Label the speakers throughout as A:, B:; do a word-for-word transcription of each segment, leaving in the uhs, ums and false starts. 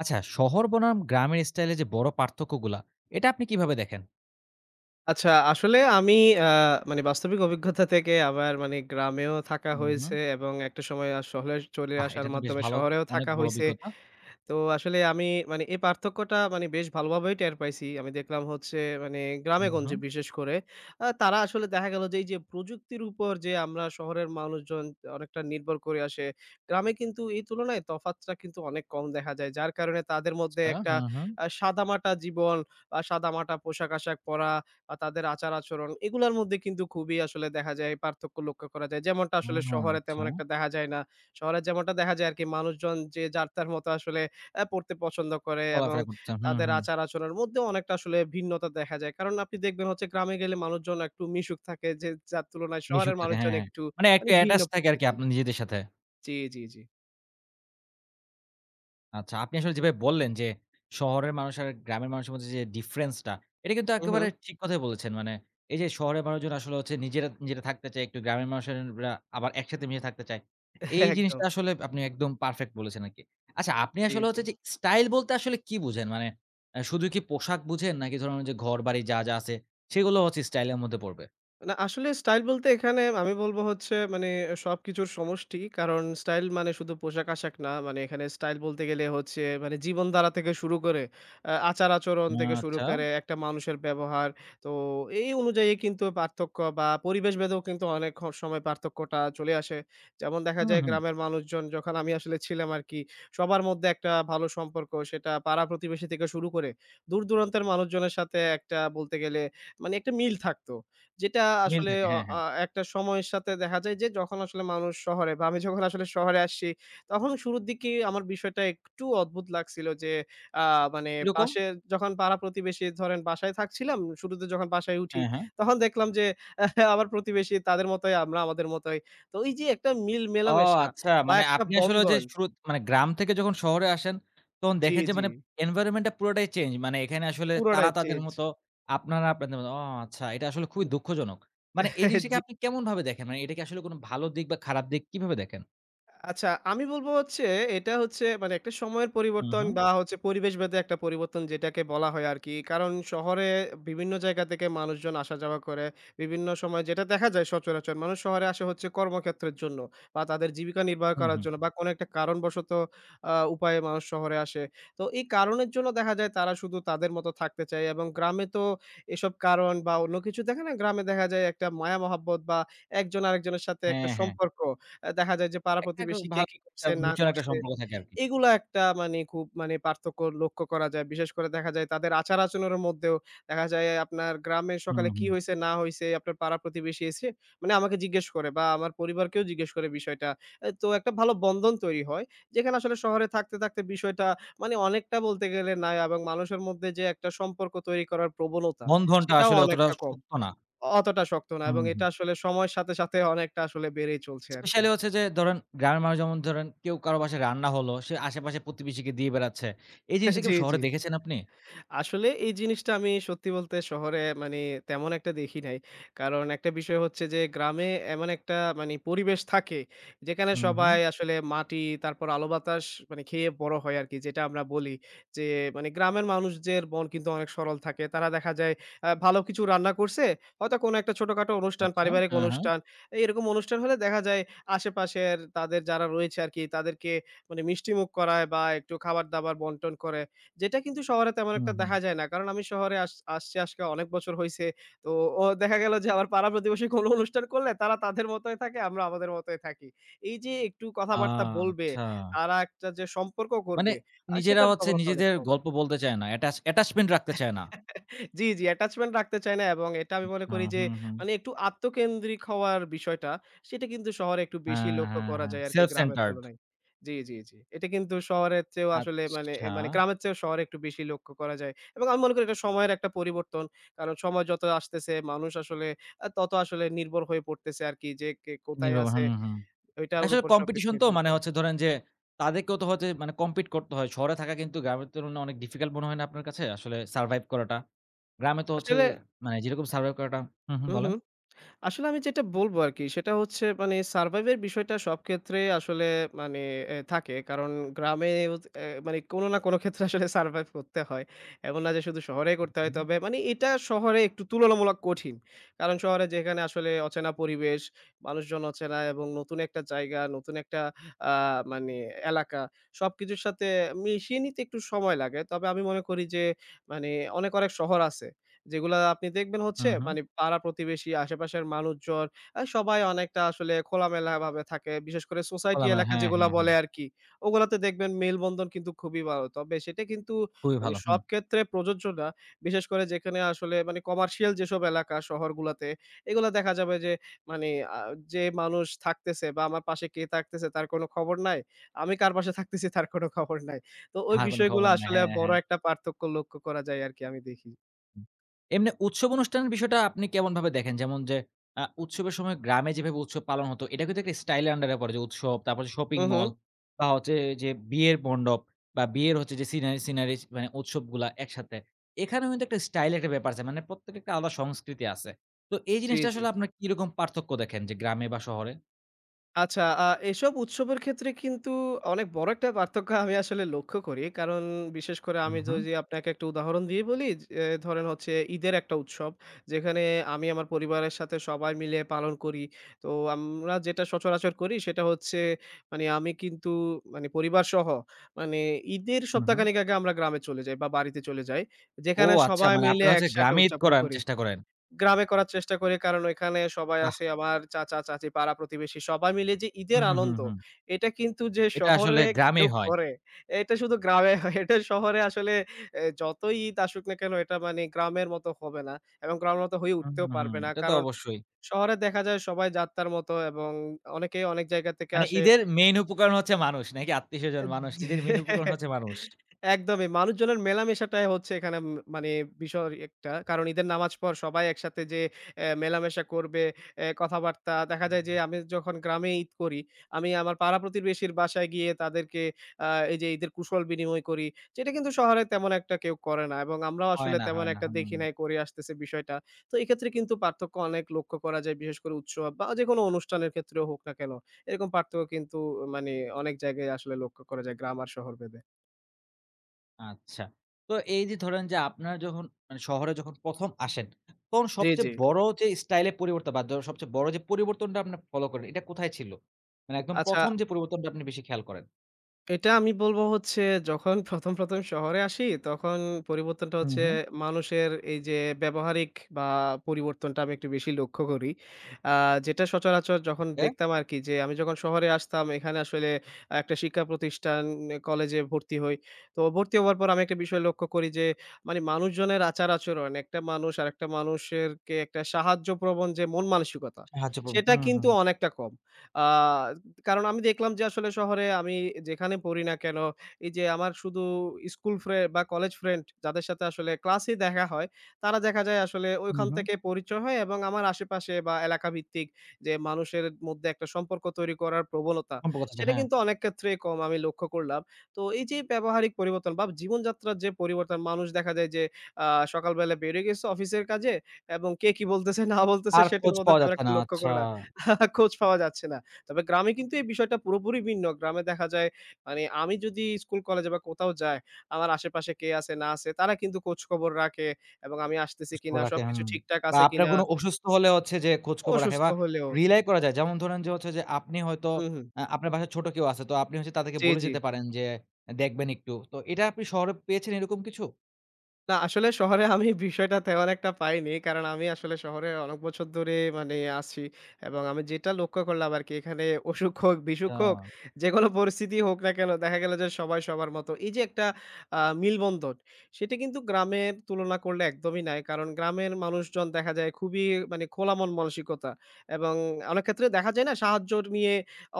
A: আচ্ছা, শহর বনাম গ্রামের স্টাইলে যে বড় পার্থক্যগুলা, এটা আপনি কিভাবে দেখেন?
B: আচ্ছা, আসলে আমি আ মানে বাস্তবিক অভিজ্ঞতা থেকে আবার মানে গ্রামেও থাকা
A: হুম, হুম।
B: হয়েছে এবং একটা সময় আ শহরে চলে
A: বাহ! এটা
B: আসার
A: তো বেশ
B: মাধ্যমে
A: ভালো,
B: শহরেও
A: অনেক
B: থাকা
A: বড়
B: হইছে।
A: অভিজ্ঞতা।
B: তো আসলে আমি মানে এই পার্থক্যটা মানে বেশ ভালোভাবেই টের পাইছি। আমি দেখলাম হচ্ছে মানে
A: হুম, হুম।
B: গ্রামে-গঞ্জে বিশেষ করে আ তারা আসলে দেখা গেল যে এই যে প্রযুক্তির উপর যে আমরা শহরের মানুষজন অনেকটা নির্ভর করে আসে, গ্রামে কিন্তু এই তুলনায় তফাৎটা কিন্তু অনেক কম দেখা যায়। যার কারণে তাদের মধ্যে
A: আচ্ছা,
B: একটা
A: হুম, হুম।
B: আ সাদামাটা জীবন বা সাদামাটা পোশাক-আশাক পরা বা তাদের আচার-আচরণ এগুলার মধ্যে কিন্তু খুবই আসলে দেখা যায় পার্থক্য লক্ষ্য করা যায়। যেমনটা আসলে
A: আহা!
B: শহরে
A: আচ্ছা।
B: তেমন একটা দেখা যায় না। শহরে যেমনটা দেখা যায় আরকি মানুষজন যে যার তার মতো আসলে অ্যা পড়তে পছন্দ করে এবং
A: চলাফেরা করতেছেন। হুম,
B: তাদের
A: হুম।
B: আচার-আচরণের মধ্যেও অনেকটা আসলে ভিন্নতা দেখা যায়। কারণ আপনি দেখবেন হচ্ছে গ্রামে গেলে মানুষজন একটু মিশুক থাকে, যে যার তুলনায়
A: মিশুক
B: শহরের
A: থাকে। হ্যাঁ,
B: মানুষজন
A: হ্যাঁ।
B: একটু
A: মানে একটু
B: মানে ভিন্ন
A: অ্যাটাচ থাকে আরকি
B: প্রকৃতি।
A: আপনার নিজেদের সাথে।
B: জি, জি, জি।
A: আচ্ছা, আপনি আসলে যেভাবে বললেন যে শহরের মানুষ আর গ্রামের মানুষের মধ্যে যে ডিফারেন্স টা, এটা কিন্তু
B: হু, হু।
A: একেবারে ঠিক কথাই বলেছেন। মানে এই যে শহরের মানুষজন আসলে হচ্ছে নিজেরা, নিজেরা থাকতে চায়, একটু গ্রামের মানুষেরা আবার একসাথে মিশে থাকতে চায়। এই জিনিসটা
B: একদম।
A: আসলে আপনি একদম পারফেক্ট বলেছেন আরকি। আচ্ছা, আপনি
B: জি,
A: আসলে
B: জি।
A: হচ্ছে যে স্টাইল বলতে আসলে কি বুঝেন? মানে অ্যা শুধু কি পোশাক বুঝেন? নাকি ধরুন যে ঘরবাড়ি যা, যা আছে, সেগুলো হচ্ছে স্টাইল এর মধ্যে পড়বে?
B: না, আসলে স্টাইল বলতে এখানে আমি বলব হচ্ছে মানে সবকিছুর সমষ্টি। কারণ স্টাইল মানে শুধু পোশাক-আশাক না। মানে এখানে স্টাইল বলতে গেলে হচ্ছে মানে জীবনধারা থেকে শুরু করে আ আচার-আচরণ থেকে শুরু
A: আচ্ছা।
B: করে একটা মানুষের ব্যবহার। তো এই অনুযায়ী কিন্তু পার্থক্য বা পরিবেশ ভেদেও কিন্তু অনেক হ সময় পার্থক্যটা চলে আসে। যেমন দেখা
A: হুম,
B: যায়
A: হুম।
B: গ্রামের মানুষজন, যখন আমি আসলে ছিলাম আরকি, সবার মধ্যে একটা ভালো সম্পর্ক, সেটা পাড়া-প্রতিবেশী থেকে শুরু করে দূর-দূরান্তের মানুষজনের সাথে একটা বলতে গেলে মানে একটা মিল থাকতো। যেটা
A: মিল
B: আসলে
A: থাকে।
B: অ
A: হ্যাঁ,
B: আ
A: হ্যাঁ।
B: একটা সময়ের সাথে দেখা যায় যে যখন আসলে মানুষ শহরে বা আমি যখন আসলে শহরে আসছি, তখন শুরুর দিকে আমার বিষয়টা একটু অদ্ভুত লাগছিল যে আ মানে
A: কিরকম?
B: পাশে, যখন পাড়া প্রতিবেশী ধরেন বাসায় থাকছিলাম, শুরুতে যখন বাসায় উঠি,
A: হ্যাঁ, হ্যাঁ।
B: তখন দেখলাম যে আহ, আমার প্রতিবেশী তাদের মতোই, আমরা আমাদের মতোই। তো এই যে একটা মিল
A: ও
B: মেলামেশা
A: আচ্ছা।
B: বা
A: মানে
B: একটা
A: আপনি আসলে ওই যে
B: বন্ধন।
A: শুরু, মানে গ্রাম থেকে যখন শহরে আসেন, তখন
B: জি,
A: দেখেন যে
B: জি।
A: মানে environment টা পুরোটাই চেঞ্জ। মানে এখানে আসলে তারা
B: পুরোটাই
A: তাদের
B: চেঞ্জ।
A: মতো, আপনারা আপনাদের মতো। ও আচ্ছা, এটা আসলে খুবই দুঃখজনক। মানে এই জিনিসটাকে
B: জি।
A: আপনি কেমনভাবে দেখেন? মানে এটা কি আসলে কোনো ভালো দিক বা খারাপ দিক, কিভাবে দেখেন?
B: আচ্ছা, আমি বলব হচ্ছে এটা হচ্ছে মানে একটা সময়ের
A: হুম,
B: পরিবর্তন
A: হুম।
B: বা হচ্ছে পরিবেশভেদে একটা পরিবর্তন, যেটাকে বলা হয় আরকি। কারণ শহরে বিভিন্ন জায়গা থেকে মানুষজন আসা যাওয়া করে। বিভিন্ন সময় যেটা দেখা যায় সচরাচর মানুষ শহরে আসে হচ্ছে কর্মক্ষেত্রের জন্য বা তাদের জীবিকা নির্বাহ
A: হুম,
B: করার
A: হুম।
B: জন্য বা কোনো একটা কারণবশত আ উপায়ে মানুষ শহরে আসে। তো এই কারণের জন্য দেখা যায় তারা শুধু তাদের মতো থাকতে চায়, এবং গ্রামে তো এসব কারণ বা অন্য কিছু দেখে না, গ্রামে দেখা যায় একটা মায়া মহাব্বত বা একজন আরেকজনের সাথে একটা
A: হ্যাঁ, হ্যাঁ।
B: সম্পর্ক। আ দেখা যায় যে পাড়া
A: একটা খুব
B: প্রতিবেশী কে
A: ভালো
B: কি
A: একটা
B: করছে না
A: মিউচুয়াল একটা
B: করছে।
A: সম্পর্ক থাকে আরকি।
B: এগুলা একটা মানে খুব মানে পার্থক্য লক্ষ্য করা যায়। বিশেষ করে দেখা যায় তাদের আচার-আচরণের মধ্যেও দেখা যায়, আপনার গ্রামে
A: হুম,
B: সকালে কি
A: হুম।
B: হইছে না হইছে আপনার পাড়া প্রতিবেশী এসে মানে আমাকে জিজ্ঞেস করে বা আমার পরিবারকেও জিজ্ঞেস করে বিষয়টা। এ তো একটা ভালো বন্ধন তৈরি হয়। যেখানে আসলে শহরে থাকতে, থাকতে বিষয়টা মানে অনেকটা বলতে গেলে নাই, এবং মানুষের মধ্যে যে একটা সম্পর্ক তৈরি করার প্রবণতা,
A: বন্ধনটা
B: সেটাও
A: আসলে অতটা
B: অনেকটা কম।
A: শক্ত না।
B: অতটা শক্ত না, এবং
A: হুম, হুম।
B: এটা আসলে সময়ের সাথে, সাথে অনেকটা আসলে বেড়েই চলছে আরকি।
A: স্পেশালি হচ্ছে যে ধরেন গ্রামের মানুষ, যেমন ধরেন কেউ কারো বাসায় রান্না হলো, সে আশেপাশে প্রতিবেশীকে দিয়ে বেড়াচ্ছে। এই জিনিসটা কি
B: জি,
A: শহরে
B: জি।
A: দেখেছেন আপনি?
B: আসলে এই জিনিসটা আমি সত্যি বলতে শহরে মানে তেমন একটা দেখি নাই। কারণ একটা বিষয় হচ্ছে যে গ্রামে এমন একটা মানে পরিবেশ থাকে, যেখানে
A: হুম, হুম।
B: সবাই আসলে মাটি, তারপর আলো বাতাস মানে খেয়ে বড় হয় আরকি। যেটা আমরা বলি যে মানে গ্রামের মানুষদের মন কিন্তু অনেক সরল থাকে। তারা দেখা যায় আ ভালো কিছু রান্না করছে, হয়তো কোনো একটা ছোটখাটো অনুষ্ঠান,
A: আচ্ছা।
B: পারিবারিক
A: হ্যাঁ, হ্যাঁ।
B: অনুষ্ঠান, এরকম অনুষ্ঠান হলে দেখা যায় আশেপাশের তাদের যারা রয়েছে আরকি, তাদেরকে মানে মিষ্টিমুখ করায় বা একটু খাবার-দাবার বন্টন করে। যেটা কিন্তু শহরে তেমন
A: হুম,
B: একটা
A: হুম।
B: দেখা যায় না। কারণ আমি শহরে আস আসছি আজকে অনেক বছর হইছে। তো ও দেখা গেল যে আমার পাড়া প্রতিবেশী কোনো অনুষ্ঠান করলে তারা তাদের মতোই থাকে, আমরা আমাদের মতোই থাকি। এই যে একটু কথাবার্তা বলবে,
A: আচ্ছা।
B: তারা একটা যে সম্পর্ক
A: মানে
B: করবে, আ
A: নিজেরা
B: সেটার
A: হচ্ছে
B: প্রবণতা অনেক
A: নিজেদের
B: কম।
A: গল্প বলতে চায় না। অ্যাটাচ, অ্যাটাচমেন্ট রাখতে চায় না।
B: জি, জি, attachment রাখতে চায় না, এবং এটা আমি মনে
A: আচ্ছা।
B: করি যে
A: হুম, হুম।
B: মানে একটু আত্মকেন্দ্রিক হওয়ার বিষয়টা, সেটা কিন্তু শহরে একটু বেশি
A: হ্যাঁ,
B: লক্ষ্য
A: হ্যাঁ,
B: করা
A: হ্যাঁ।
B: যায় আরকি
A: Self
B: গ্রামের
A: centered.
B: তুলনায়। জি, জি, জি। এটা কিন্তু শহরের চেয়েও আসলে মানে এ
A: আচ্ছা।
B: মানে গ্রামের চেয়েও শহরে একটু বেশি লক্ষ্য করা যায় এবং আমি মনে করি এটা সময়ের একটা পরিবর্তন। কারণ সময় যত আসতেছে মানুষ আসলে আ তত আসলে নির্ভর হয়ে পড়তেছে আরকি, যে কে কোথায়
A: নীরব।
B: আছে,
A: হুম, হুম।
B: ওইটার
A: আসলে
B: উপর সবকিছু
A: কম্পিটিশন তো
B: নির্ভর
A: মানে
B: করে।
A: হচ্ছে ধরেন যে, তাদেরকেও তো হচ্ছে মানে কম্পিট করতে হয়। শহরে থাকা কিন্তু গ্রামের তুলনায় অনেক ডিফিকাল্ট মনে হয় না আপনার কাছে? আসলে সারভাইভ করাটা? গ্রামে তো হচ্ছে
B: আসলে
A: মানে যেরকম সারভাইভ করাটা। হুম, হুম,
B: হু, হু।
A: বলেন।
B: আসলে আমি যেটা বলবো আরকি, সেটা হচ্ছে মানে সারভাইভ এর বিষয়টা সব ক্ষেত্রে আসলে মানে এ থাকে। কারণ গ্রামে এ মানে কোনো না কোনো ক্ষেত্রে আসলে সারভাইভ করতে হয়। এমন না যে শুধু শহরেই করতে হয়।
A: হুম,
B: তবে মানে এটা শহরে একটু তুলনামূলক কঠিন। কারণ শহরে যেখানে আসলে অচেনা পরিবেশ, মানুষজন অচেনা এবং নতুন একটা জায়গা, নতুন একটা আ মানে এলাকা, সবকিছুর সাথে মিশিয়ে নিতে একটু সময় লাগে। তবে আমি মনে করি যে মানে অনেক, অনেক শহর আছে যেগুলা আপনি দেখবেন হচ্ছে
A: হুম, হুম, হুম।
B: মানে পাড়া-প্রতিবেশী, আশেপাশের মানুষজন, আ সবাই অনেকটা আসলে খোলামেলাভাবে থাকে। বিশেষ করে সোসাইটি
A: খোলামেলা,
B: এলাকা
A: হ্যাঁ,
B: যেগুলা
A: হ্যাঁ, হ্যাঁ।
B: বলে আরকি, ওগুলাতে দেখবেন মেলবন্ধন কিন্তু খুবই ভালো। তবে সেটা কিন্তু
A: খুবই
B: মানে
A: ভালো। হুম।
B: সব ক্ষেত্রে প্রযোজ্য না। বিশেষ করে যেখানে আসলে মানে কমার্শিয়াল যেসব এলাকা শহরগুলাতে, এগুলা দেখা যাবে যে মানে আ যে মানুষ থাকতেছে বা আমার পাশে কে থাকতেছে তার কোনো খবর নাই। আমি কার পাশে থাকতেছি তার কোনো খবর নাই। তো ওই
A: হ্যাঁ, কোনো
B: বিষয়গুলো
A: খবর নাই।
B: আসলে
A: হ্যাঁ,
B: বড়
A: হ্যাঁ।
B: একটা পার্থক্য লক্ষ্য করা যায় আরকি, আমি দেখি।
A: হুম। এমনি উৎসব অনুষ্ঠানের বিষয়টা আপনি কেমনভাবে দেখেন? যেমন যে আ উৎসবের সময় গ্রামে যেভাবে উৎসব পালন হতো, এটা কিন্তু একটা স্টাইলের আন্ডার এ পড়ে, যে উৎসব, তারপর হচ্ছে শপিং
B: হু, হু।
A: মল বা হচ্ছে যে বিয়ের মণ্ডপ বা বিয়ের হচ্ছে যে সিনারি, সিনারি মানে উৎসবগুলা একসাথে। এখানেও কিন্তু একটা স্টাইল, একটা ব্যাপার আছে। মানে প্রত্যেকের একটা আলাদা সংস্কৃতি আছে। তো এই
B: জি,
A: জিনিসটা
B: জি।
A: আসলে আপনার কিরকম পার্থক্য দেখেন যে গ্রামে বা শহরে?
B: আচ্ছা, আ এসব উৎসবের ক্ষেত্রে কিন্তু অনেক বড় একটা পার্থক্য আমি আসলে লক্ষ্য করি। কারণ বিশেষ করে
A: হুম,
B: আমি
A: হুম,
B: যদি আপনাকে একটা উদাহরণ দিয়ে বলি যে ধরেন হচ্ছে ঈদের একটা উৎসব, যেখানে আমি আমার পরিবারের সাথে সবাই মিলে পালন করি। তো আমরা যেটা সচরাচর করি সেটা হচ্ছে মানে আমি কিন্তু মানে পরিবারসহ মানে ঈদের
A: হুম, হুম।
B: সপ্তাহখানেক আগে আমরা গ্রামে চলে যাই বা বাড়িতে চলে যাই।
A: ও
B: যেখানে
A: আচ্ছা,
B: সবাই
A: মানে
B: মিলে
A: আপনারা হচ্ছে
B: একসাথে
A: গ্রামে ঈদ
B: উদযাপন
A: করার
B: করি।
A: চেষ্টা করেন।
B: গ্রামে করার চেষ্টা করি, কারণ ওইখানে সবাই
A: বাহ!
B: আছে, আমার চাচা-চাচী, পাড়া-প্রতিবেশী সবাই মিলে যে ঈদের
A: হুম, হুম,
B: আনন্দ,
A: হুম।
B: এটা কিন্তু যে
A: এটা আসলে
B: শহরে
A: গ্রামেই
B: কেউ
A: হয়।
B: করে, এটা শুধু গ্রামে হয়। এটা শহরে আসলে এ যতই ঈদ আসুক না কেন, এটা মানে গ্রামের মতো হবে না এবং গ্রামের মতো হয়ে
A: হুম,
B: উঠতেও
A: হুম, হুম।
B: পারবে না।
A: এটা তো
B: কারণ
A: অবশ্যই।
B: শহরে দেখা যায় সবাই যাত্রার মতো এবং অনেকেই অনেক জায়গা থেকে
A: মানে
B: আসে।
A: ঈদের মেইন উপকরণ হচ্ছে মানুষ নাকি
B: এ
A: আত্মীয়স্বজন, মানুষ?
B: জি,
A: ঈদের মেইন উপকরণ হচ্ছে মানুষ।
B: একদমই। মানুষজনের মেলামেশাটাই হচ্ছে এখানে ম মানে বিষয় একটা। কারণ ঈদের নামাজ পর সবাই একসাথে যে এ মেলামেশা করবে, এ কথাবার্তা, দেখা যায় যে আমি যখন গ্রামে ঈদ করি, আমি আমার পাড়া প্রতিবেশীর বাসায় গিয়ে তাদেরকে আ এই যে ঈদের কুশল বিনিময় করি। যেটা কিন্তু শহরে তেমন একটা কেউ করে না এবং আমরাও
A: হয়
B: আসলে
A: না,
B: তেমন
A: হয় না।
B: একটা
A: হুম,
B: দেখি নাই করে আসতেছে বিষয়টা। তো এক্ষেত্রে কিন্তু পার্থক্য অনেক লক্ষ্য করা যায়, বিশেষ করে উৎসব বা যেকোনো অনুষ্ঠানের ক্ষেত্রেও হোক না কেন। এরকম পার্থক্য কিন্তু মানে অনেক জায়গায় আসলে লক্ষ্য করা যায় গ্রাম আর শহর ভেদে।
A: আচ্ছা। তো এই যে ধরেন যে আপনারা যখন, মানে শহরে যখন প্রথম আসেন, তখন
B: জি,
A: সবচেয়ে
B: জি।
A: বড় যে স্টাইলে পরিবর্তন বা দ সবচেয়ে বড় যে পরিবর্তনটা আপনারা ফলো করেন, এটা কোথায় ছিল? মানে একদম
B: আচ্ছা,
A: প্রথম যে পরিবর্তনটা আপনি বেশি খেয়াল করেন?
B: এটা আমি বলবো হচ্ছে যখন ১ম, ১ম শহরে আসি তখন পরিবর্তনটা
A: হুম,
B: হচ্ছে,
A: হুম।
B: মানুষের এই যে ব্যবহারিক বা পরিবর্তনটা আমি একটু বেশি লক্ষ্য করি। আ যেটা সচরাচর যখন
A: ওকে,
B: দেখতাম আরকি, যে আমি যখন শহরে আসতাম এখানে আসলে একটা শিক্ষা প্রতিষ্ঠান, কলেজে ভর্তি হই। তো ভর্তি হওয়ার পর আমি একটা বিষয় লক্ষ্য করি যে মানে মানুষজনের আচার-আচরণ, একটা মানুষ আরেকটা মানুষেরকে একটা সাহায্য প্রবণ যে মন মানসিকতা,
A: সাহায্য করুন।
B: সেটা
A: হুম,
B: কিন্তু
A: হুম।
B: অনেকটা কম। আ কারণ আমি দেখলাম যে আসলে শহরে আমি যেখানে পড়ি না কেন, এই যে আমার শুধু স্কুল ফ্রে বা কলেজ ফ্রেন্ড যাদের সাথে আসলে ক্লাসেই দেখা হয়, তারা দেখা যায় আসলে
A: হুম,
B: ওইখান
A: হুম।
B: থেকে পরিচয় হয়, এবং আমার আশেপাশে বা এলাকা ভিত্তিক যে মানুষের মধ্যে একটা সম্পর্ক তৈরি করার প্রবণতা,
A: সম্পর্ক থাকে,
B: সেটা
A: হ্যাঁ।
B: কিন্তু অনেক ক্ষেত্রেই কম আমি লক্ষ্য করলাম। তো এই যে ব্যবহারিক পরিবর্তন বা জীবনযাত্রার যে পরিবর্তন, মানুষ দেখা যায় যে আ সকালবেলা বেরিয়ে গেছে অফিসের কাজে, এবং কে কি বলতেছে না বলতেছে
A: আর
B: সেটার
A: খোঁজ
B: মধ্যে
A: পাওয়া
B: তেমন
A: যাচ্ছে
B: একটা
A: না।
B: লক্ষ্য
A: আচ্ছা।
B: করে না। খোঁজ পাওয়া যাচ্ছে না। তবে গ্রামে কিন্তু এই বিষয়টা পুরোপুরি ভিন্ন। গ্রামে দেখা যায় মানে আমি যদি স্কুল, কলেজে বা কোথাও যাই, আমার আশেপাশে কে আছে না আছে তারা কিন্তু খোঁজখবর রাখে, এবং আমি আসতেছি
A: খোঁজখবর
B: কিনা,
A: রাখে, হুম।
B: সবকিছু ঠিকঠাক
A: বা
B: আছে
A: আপনার
B: কিনা,
A: কোনো অসুস্থ হলে হচ্ছে যে খোঁজখবর রাখে
B: অসুস্থ
A: বা
B: হলেও।
A: রিলাই করা যায়। যেমন ধরেন যে হচ্ছে যে আপনি হয়তো
B: হুম, হুম।
A: আ আপনার বাসায় ছোট কেউ আছে। তো আপনি হচ্ছে তাদেরকে
B: জি,
A: বলে
B: জি।
A: যেতে পারেন যে দেখবেন একটু। তো এটা আপনি শহরে পেয়েছেন এরকম কিছু?
B: না, আসলে শহরে আমি বিষয়টা তেমন একটা পাইনি। কারণ আমি আসলে শহরে অনেক বছর ধরে মানে আছি, এবং আমি যেটা লক্ষ্য করলাম আরকি, এখানে অসুখ হোক, বিসুখ হোক,
A: আচ্ছা।
B: যেকোনো পরিস্থিতি হোক না কেন, দেখা গেল যে সবাই সবার মতো, এই যে একটা আ মিলবন্ধন, সেটা কিন্তু গ্রামের তুলনা করলে একদমই নাই। কারণ গ্রামের মানুষজন দেখা যায় খুবই মানে খোলা মন মানসিকতা, এবং অনেক ক্ষেত্রে দেখা যায় না, সাহায্য নিয়ে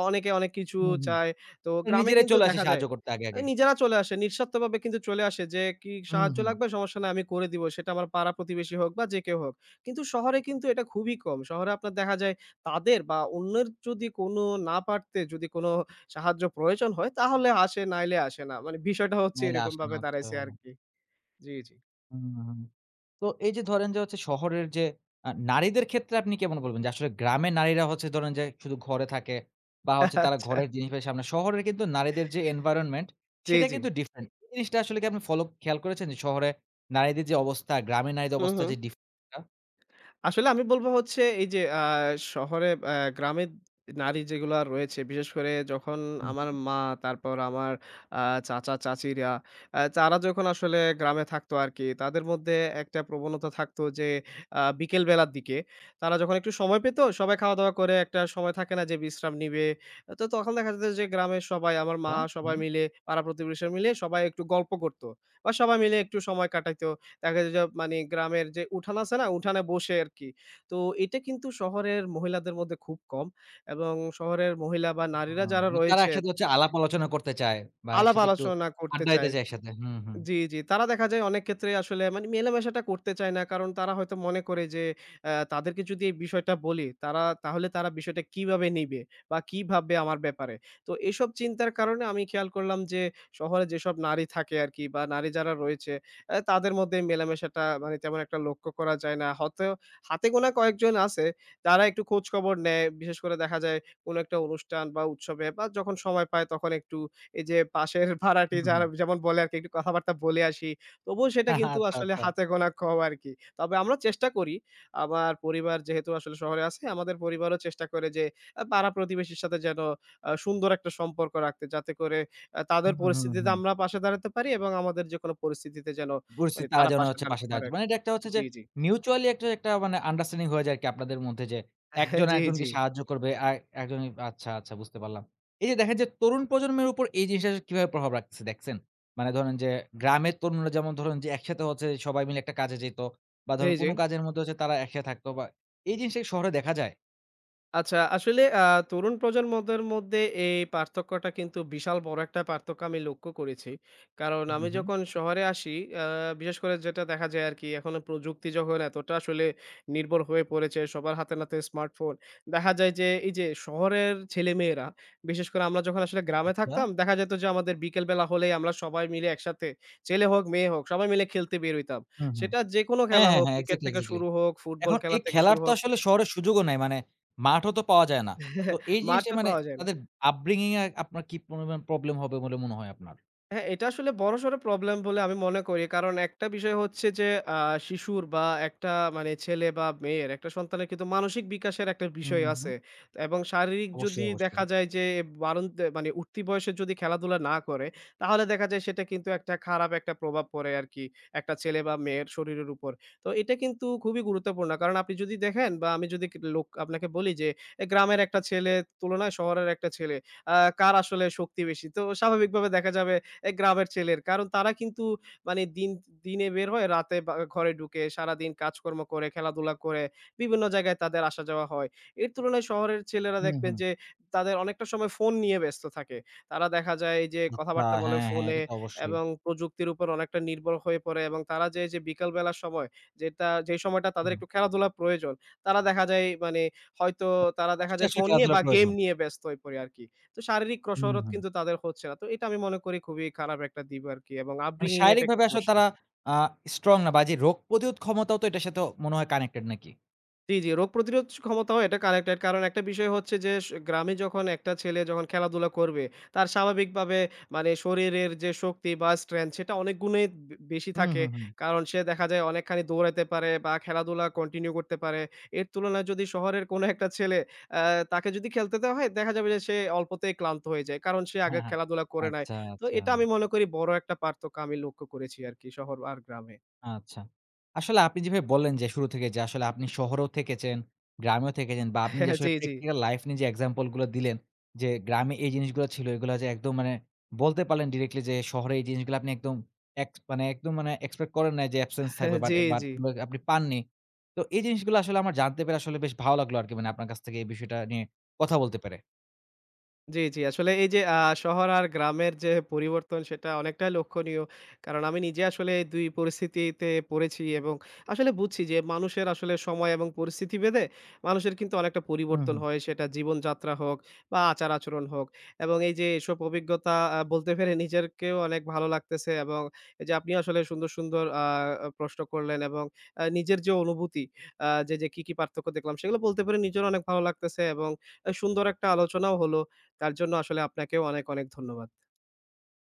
B: অনেকে অনেক কিছু
A: হুম, হুম।
B: চায়। তো গ্রামে
A: নিজেরাই
B: কিন্তু
A: চলে আসে
B: দেখা যায়
A: সাহায্য করতে আগে,
B: আ
A: আগে।
B: নিজেরা চলে আসে। নিঃস্বার্থভাবে কিন্তু চলে আসে যে, কি
A: হুম,
B: সাহায্য
A: হুম।
B: লাগবে? সমস্যা নাই, আমি করে দিব। সেটা আমার পাড়া-প্রতিবেশী হোক বা যে কেউ হোক। কিন্তু শহরে কিন্তু এটা খুবই কম। শহরে আপনার দেখা যায় তাদের বা অন্যের যদি কোনো না পারতে যদি কোনো সাহায্য প্রয়োজন হয় তাহলে আসে, নাইলে আসে না। মানে বিষয়টা হচ্ছে
A: নাইলে আসে না।
B: এরকমভাবে
A: আচ্ছা।
B: দাঁড়াইছে আরকি। জি, জি।
A: হুম, হুম। হুম। তো এই যে ধরেন যে হচ্ছে শহরের যে আ নারীদের ক্ষেত্রে আপনি কেমন বলবেন? যে আসলে গ্রামের নারীরা হচ্ছে ধরেন যে শুধু ঘরে থাকে বা হচ্ছে তারা
B: আচ্ছা।
A: ঘরের জিনিসপের সামনে, শহরের কিন্তু নারীদের যে এনভায়রনমেন্ট,
B: জি,
A: সেটা
B: জি।
A: কিন্তু ডিফারেন্ট। এই জিনিসটা আসলে কি আপনি ফলো খেয়াল করেছেন যে শহরে নারীদের যে অবস্থা, গ্রামে নারীদের
B: হু,
A: অবস্থা
B: হু।
A: যে ডিফারেন্ট টা?
B: আসলে আমি বলব হচ্ছে এই যে আ শহরে আ গ্রামের নারী যেগুলা রয়েছে, বিশেষ করে যখন
A: হুম,
B: আমার
A: হুম।
B: মা, তারপর আমার আ চাচা-চাচীরা, আ তারা যখন আসলে গ্রামে থাকতো আরকি, তাদের মধ্যে একটা প্রবণতা থাকতো যে আ বিকেল বেলার দিকে তারা যখন একটু সময় পেত, সবাই খাওয়া-দাওয়া করে একটা সময় থাকে না যে বিশ্রাম নিবে। তো তখন দেখা যেত যে গ্রামের সবাই, আমার মা
A: হ্যাঁ?
B: সবাই
A: হুম।
B: মিলে, পাড়া-প্রতিবেশী মিলে সবাই একটু গল্প করত বা সবাই মিলে একটু সময় কাটাইতো। দেখা যায় যে মানে গ্রামের যে উঠান আছে না? উঠানে বসে আরকি। তো এটা কিন্তু শহরের মহিলাদের মধ্যে খুব কম। এবং শহরের মহিলা বা
A: আ
B: নারীরা যারা
A: তারা
B: রয়েছে,
A: একসাথে হচ্ছে আলাপ আলোচনা করতে চায় বা
B: আলাপ
A: একসাথে একটু
B: আলোচনা করতে
A: আড্ডা দিতে
B: চায়।
A: চায় একসাথে। হুম, হুম।
B: জি, জি। তারা দেখা যায় অনেক ক্ষেত্রে আসলে মানে মেলামেশাটা করতে চায় না। কারণ তারা হয়তো মনে করে যে আ তাদেরকে যদি এই বিষয়টা বলি, তারা তাহলে তারা বিষয়টা কিভাবে নিবে বা কি ভাববে আমার ব্যাপারে? তো এসব চিন্তার কারণে আমি খেয়াল করলাম যে শহরে যেসব নারী থাকে আরকি বা নারী যারা রয়েছে, অ্যা তাদের মধ্যে মেলামেশাটা মানে তেমন একটা লক্ষ্য করা যায় না। হয়তো হাতে গোনা কয়েকজন আছে, তারা একটু খোঁজখবর নেয়। বিশেষ করে দেখা যায় কোনো একটা অনুষ্ঠান বা উৎসবে বা যখন সময় পায় তখন একটু এই যে পাশের ভাড়াটি
A: হুম, হুম।
B: যারা, যেমন বলে আরকি, একটু কথাবার্তা বলে আসি। তবুও সেটা
A: আচ্ছা,
B: কিন্তু আসলে
A: আচ্ছা।
B: হাতে গোনা কম আরকি। তবে আমরা চেষ্টা করি, আমার পরিবার যেহেতু আসলে শহরে আছে, আমাদের পরিবারও চেষ্টা করে যে আ পাড়া প্রতিবেশীর সাথে যেন আ সুন্দর একটা সম্পর্ক রাখতে। যাতে করে আ
A: হুম,
B: তাদের
A: হুম,
B: পরিস্থিতিতে
A: হুম।
B: আমরা পাশে দাঁড়াতে পারি এবং আমাদের যেকোনো পরিস্থিতিতে যেন মানে
A: পরিস্থিতি তারা
B: তারা
A: যেন
B: পাশে
A: হচ্ছে
B: দাঁড়াতে
A: পাশে
B: পারে
A: দাঁড়াতে,
B: আরকি।
A: মানে এটা একটা হচ্ছে যে
B: জি, জি।
A: মিউচুয়ালি একটা, একটা মানে আন্ডারস্ট্যান্ডিং হয়ে যায় আরকি আপনাদের মধ্যে যে একজন
B: জি, জি।
A: একজনকে সাহায্য করবে। আর একজন, আচ্ছা, আচ্ছা, বুঝতে পারলাম। এই যে দেখেন যে তরুণ প্রজন্মের উপর এই জিনিসটা কিভাবে প্রভাব রাখতেছে, দেখছেন? মানে ধরেন যে গ্রামের তরুণরা যেমন ধরুন যে একসাথে হচ্ছে সবাই মিলে একটা কাজে যেত বা
B: জি,
A: ধরুন
B: জি।
A: কোন কাজের মধ্যে হচ্ছে তারা একসাথে থাকতো বা এই জিনিসটা কি শহরে দেখা যায়?
B: আচ্ছা, আসলে আ তরুণ প্রজন্মদের মধ্যে এই পার্থক্যটা কিন্তু বিশাল বড় একটা পার্থক্য আমি লক্ষ্য করেছি। কারণ
A: হুম,
B: আমি
A: হুম।
B: যখন শহরে আসি, আ বিশেষ করে যেটা দেখা যায় আরকি, এখন প্রযুক্তি যখন এতটা আসলে নির্ভর হয়ে পড়েছে, সবার হাতে নাতে স্মার্টফোন। দেখা যায় যে এই যে শহরের ছেলেমেয়েরা, বিশেষ করে আমরা যখন আসলে গ্রামে
A: আচ্ছা।
B: থাকতাম, দেখা যেত যে আমাদের বিকেল বেলা হলেই আমরা সবাই মিলে একসাথে, ছেলে হোক, মেয়ে হোক, সবাই মিলে খেলতে বের হইতাম।
A: হুম, হুম।
B: সেটা যেকোনো
A: হ্যাঁ,
B: খেলা
A: হ্যাঁ,
B: হোক,
A: হ্যাঁ।
B: ক্রিকেট
A: এক্সাক্টলি,
B: থেকে
A: এক্সাক্টলি।
B: শুরু হোক, ফুটবল
A: এখন
B: খেলা
A: এই
B: থেকে
A: খেলার
B: শুরু
A: তো
B: হোক,
A: আসলে শহরে সুযোগও নাই। মানে মাঠও তো পাওয়া যায় না। তো এই জিনিসটা
B: মাঠও
A: মানে
B: পাওয়া যায় না।
A: তাদের upbringing এ আপনার কি পরিমাণ প্রবলেম হবে বলে মনে হয় আপনার?
B: হ্যাঁ, এটা আসলে বড়সড় প্রবলেম বলে আমি মনে করি। কারণ একটা বিষয় হচ্ছে যে আ শিশুর বা একটা মানে ছেলে বা মেয়ের একটা সন্তানের কিন্তু মানসিক বিকাশের একটা
A: হুম,
B: বিষয়
A: হুম।
B: আছে। এবং শারীরিক
A: অবশ্যই,
B: যদি
A: অবশ্যই।
B: দেখা যায় যে বাড়ন্ত মানে উঠতি বয়সে যদি খেলাধুলা না করে, তাহলে দেখা যায় সেটা কিন্তু একটা খারাপ একটা প্রভাব পড়ে আরকি একটা ছেলে বা মেয়ের শরীরের উপর। তো এটা কিন্তু খুবই গুরুত্বপূর্ণ। কারণ আপনি যদি দেখেন বা আমি যদি ক লোক আপনাকে বলি যে এ গ্রামের একটা ছেলের তুলনায় শহরের একটা ছেলে, আ কার আসলে শক্তি বেশি? তো স্বাভাবিকভাবে দেখা যাবে এ গ্রামের ছেলের। কারণ তারা কিন্তু মানে দিন দিনে বের হয়ে রাতে বা ঘরে ঢুকে সারাদিন কাজকর্ম করে, খেলাধুলা করে, বিভিন্ন জায়গায় তাদের আসা যাওয়া হয়। এর তুলনায় শহরের ছেলেরা
A: হুম,
B: দেখবেন
A: হুম।
B: যে তাদের অনেকটা সময় ফোন নিয়ে ব্যস্ত থাকে। তারা দেখা যায় এই যে
A: আচ্ছা,
B: কথাবার্তা বলে
A: হ্যাঁ, হ্যাঁ,
B: ফোনে,
A: এটা তো অবশ্যই।
B: এবং প্রযুক্তির উপর অনেকটা নির্ভর হয়ে পড়ে এবং তারা যে, যে বিকাল বেলার সময়, যেটা যে সময়টা তাদের
A: হুম।
B: একটু খেলাধুলা প্রয়োজন, তারা দেখা যায় মানে হয়তো তারা দেখা
A: কষ্টে
B: যায়
A: আসলে
B: ফোন নিয়ে
A: খেলাধুলা
B: বা গেম
A: প্রয়োজন।
B: নিয়ে ব্যস্ত হয়ে পড়ে আরকি। তো শারীরিক
A: হুম,
B: কসরত
A: হুম।
B: কিন্তু তাদের হচ্ছে না। তো এটা আমি মনে করি খুবই খারাপ একটা দিক আরকি এবং
A: মানে
B: upbringing এ এটা একটা
A: শারীরিকভাবে আসলে
B: সমস্যা।
A: তারা আ স্ট্রং না, বা যে রোগ প্রতিরোধ ক্ষমতাও তো এটার সাথে মনে হয় কানেক্টেড নাকি?
B: জি, জি। রোগ প্রতিরোধ স ক্ষমতাও এটা কানেক্টেড। কারণ একটা বিষয় হচ্ছে যে স গ্রামে যখন একটা ছেলে যখন খেলাধুলা করবে, তার স্বাভাবিকভাবে মানে শরীরের যে শক্তি বা স্ট্রেংথ সেটা অনেক গুণে বে বেশি
A: হুম,
B: থাকে।
A: হুম, হুম।
B: কারণ সে দেখা যায় অনেকখানি দৌড়াইতে পারে বা খেলাধুলা কন্টিনিউ করতে পারে। এর তুলনায় যদি শহরের কোনো একটা ছেলে, আ তাকে যদি খেলতে দেওয়া হয়, দেখা যাবে যে সে অল্পতেই ক্লান্ত হয়ে যায়। কারণ সে
A: হ্যাঁ,
B: আগে
A: হ্যাঁ।
B: খেলাধুলা করে নাই।
A: আচ্ছা,
B: তো
A: আচ্ছা।
B: এটা আমি মনে করি বড় একটা পার্থক্য আমি লক্ষ্য করেছি আরকি শহর আর গ্রামে।
A: আচ্ছা। আসলে আপনি যেভাবে বললেন যে শুরু থেকে যে আসলে আপনি শহরেও থেকেছেন, গ্রামেও থেকেছেন, বা আপনি যে আসলে
B: জি, জি।
A: প্র্যাকটিক্যাল লাইফ নিয়ে যে এক্সাম্পল গুলো দিলেন, যে গ্রামে এই জিনিসগুলো ছিল, এগুলো যে একদম মানে বলতে পারলেন ডিরেক্টলি যে শহরে এই জিনিসগুলো আপনি একদম এক্স মানে একদম মানে এক্সপেক্ট করেন নাই যে অ্যাবসেন্স থাকবে, বাট
B: জি,
A: বাট
B: জি।
A: আপনি পাননি। তো এই জিনিসগুলো আসলে আমার জানতে পেরে আসলে বেশ ভালো লাগলো আরকি, মানে আপনার কাছ থেকে এই বিষয়টা নিয়ে কথা বলতে পেরে।
B: জি, জি। আসলে এই যে আ শহর আর গ্রামের যে পরিবর্তন সেটা অনেকটাই লক্ষণীয়। কারণ আমি নিজে আসলে দুই পরিস্থিতিতে পড়েছি এবং আসলে বুঝছি যে মানুষের আসলে সময় এবং পরিস্থিতি ভেদে মানুষের কিন্তু অনেকটা
A: হুম,
B: পরিবর্তন
A: হুম।
B: হয়। সেটা জীবনযাত্রা হোক বা আচার-আচরণ হোক। এবং এই যে এসব অভিজ্ঞতা আ বলতে পেরে নিজেরকেও অনেক ভালো লাগতেছে এবং এই যে আপনি আসলে সুন্দর, সুন্দর আ প্রশ্ন করলেন এবং আ নিজের যে অনুভূতি, আ যে, যে কি, কি পার্থক্য দেখলাম সেগুলো বলতে পেরে নিজেরও অনেক ভালো লাগতেছে এবং আ সুন্দর একটা আলোচনাও হলো। তার জন্য আসলে আপনাকেও অনেক, অনেক ধন্যবাদ।